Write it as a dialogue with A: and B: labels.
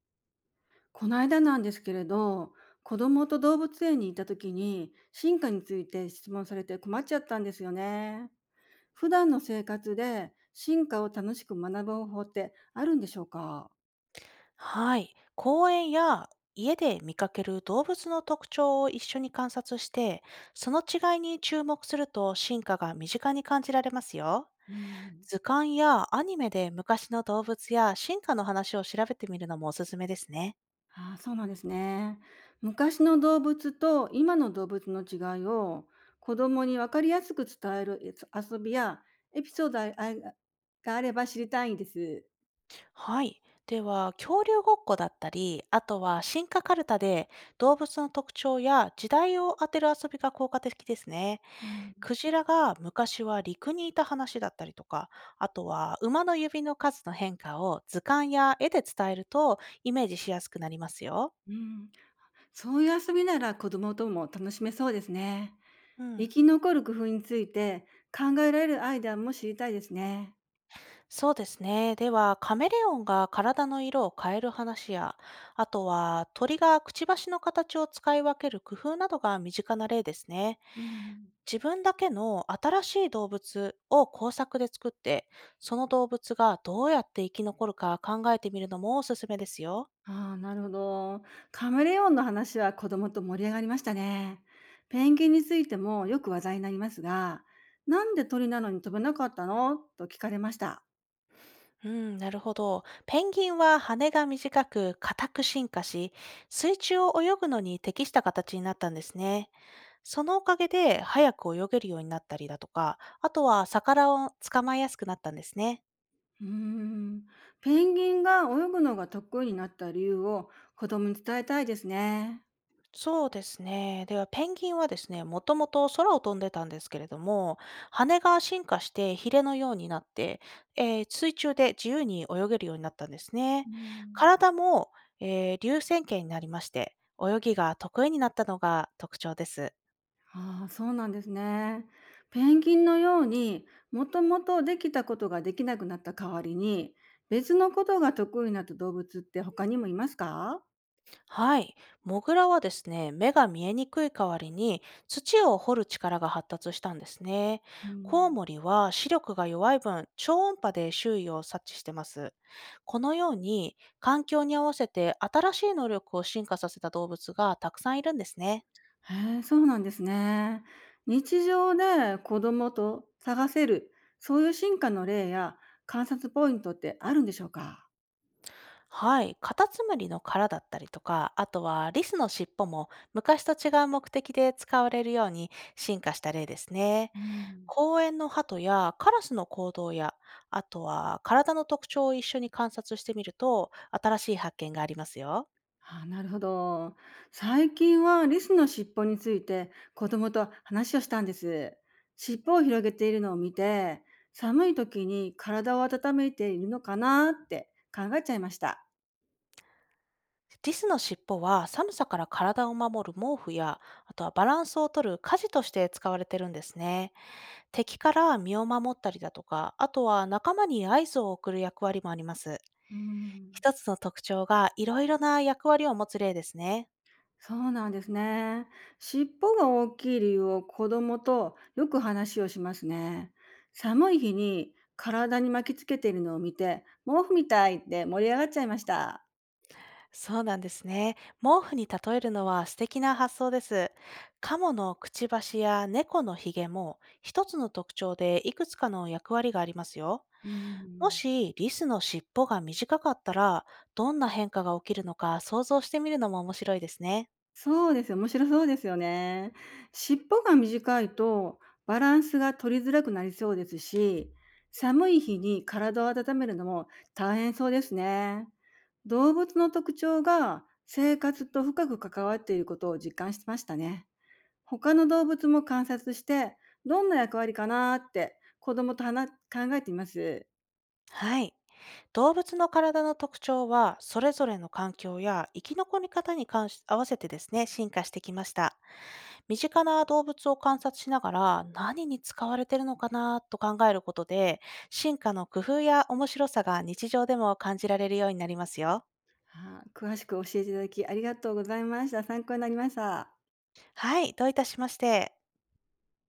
A: この間なんですけれど、子供と動物園に行った時に進化について質問されて困っちゃったんですよね。普段の生活で進化を楽しく学ぶ方法ってあるんでしょうか？
B: はい。公園や家で見かける動物の特徴を一緒に観察して、その違いに注目すると進化が身近に感じられますよ。
A: うん。
B: 図鑑やアニメで昔の動物や進化の話を調べてみるのもおすすめですね。
A: ああ、そうなんですね。昔の動物と今の動物の違いを子供に分かりやすく伝える遊びやエピソードがあれば知りたいんです。
B: はい。では、恐竜ごっこだったり、あとは進化カルタで動物の特徴や時代を当てる遊びが効果的ですね。
A: うん。
B: クジラが昔は陸にいた話だったりとか、あとは馬の指の数の変化を図鑑や絵で伝えるとイメージしやすくなりますよ。
A: うん、そういう遊びなら子供とも楽しめそうですね。
B: うん。
A: 生き残る工夫について考えられるアイデアも知りたいですね。
B: そうですね。では、カメレオンが体の色を変える話や、あとは鳥がくちばしの形を使い分ける工夫などが身近な例ですね。
A: うん。
B: 自分だけの新しい動物を工作で作って、その動物がどうやって生き残るか考えてみるのもおすすめですよ。
A: ああ、なるほど。カメレオンの話は子供と盛り上がりましたね。ペンギンについてもよく話題になりますが、なんで鳥なのに飛べなかったのと聞かれました。
B: うん、なるほど。ペンギンは羽が短く硬く進化し、水中を泳ぐのに適した形になったんですね。そのおかげで早く泳げるようになったりだとか、あとは魚を捕まえやすくなったんですね。
A: うーん。ペンギンが泳ぐのが得意になった理由を子供に伝えたいですね。
B: そうですね。では、ペンギンはですね、もともと空を飛んでたんですけれども、羽が進化してヒレのようになって、水中で自由に泳げるようになったんです
A: う
B: ね。
A: ん。
B: 体も、流線形になりまして、泳ぎが得意になったのが特徴です。
A: ああ、そうなんですね。ペンギンのようにもともとできたことができなくなった代わりに別のことが得意な動物って他にもいますか？
B: はい。モグラはですね、目が見えにくい代わりに土を掘る力が発達したんですね。
A: う
B: コウ
A: ん。
B: モリは視力が弱い分、超音波で周囲を察知してます。このように環境に合わせて新しい能力を進化させた動物がたくさんいるんですね。
A: へえ、そうなんですね。日常で子供と探せるそういう進化の例や観察ポイントってあるんでしょうか？
B: はい。カタツムリの殻だったりとか、あとはリスの尻尾も昔と違う目的で使われるように進化した例ですね。
A: うん。
B: 公園の鳩やカラスの行動や、あとは体の特徴を一緒に観察してみると、新しい発見がありますよ。
A: あー、なるほど。最近はリスの尻尾について子供と話をしたんです。尻尾を広げているのを見て、寒い時に体を温めているのかなって考えちゃいました。
B: リスの尻尾は寒さから体を守る毛布や、あとはバランスを取る舵として使われてるんですね。敵から身を守ったりだとか、あとは仲間に合図を送る役割もあります。
A: うん、
B: 一つの特徴がいろいろな役割を持つ例ですね。
A: そうなんですね。尻尾が大きい理由を子供とよく話をしますね。寒い日に体に巻きつけているのを見て、毛布みたいって盛り上がっちゃいました。
B: そうなんですね。毛布に例えるのは素敵な発想です。カモのくちばしや猫のひげも一つの特徴でいくつかの役割がありますよ。
A: う
B: も
A: ん。
B: しリスの尻尾が短かったらどんな変化が起きるのか想像してみるのも面白いですね。
A: そうですよ、面白そうですよね。尻尾が短いとバランスが取りづらくなりそうですし、寒い日に体を温めるのも大変そうですね。動物の特徴が生活と深く関わっていることを実感しましたね。他の動物も観察して、どんな役割かなーって子供と話考えています。
B: はい。動物の体の特徴はそれぞれの環境や生き残り方に関し合わせてですね、進化してきました。身近な動物を観察しながら何に使われてるのかなと考えることで進化の工夫や面白さが日常でも感じられるようになりますよ。
A: はあ、詳しく教えていただきありがとうございました。参考になりました。
B: はい、どういたしまして。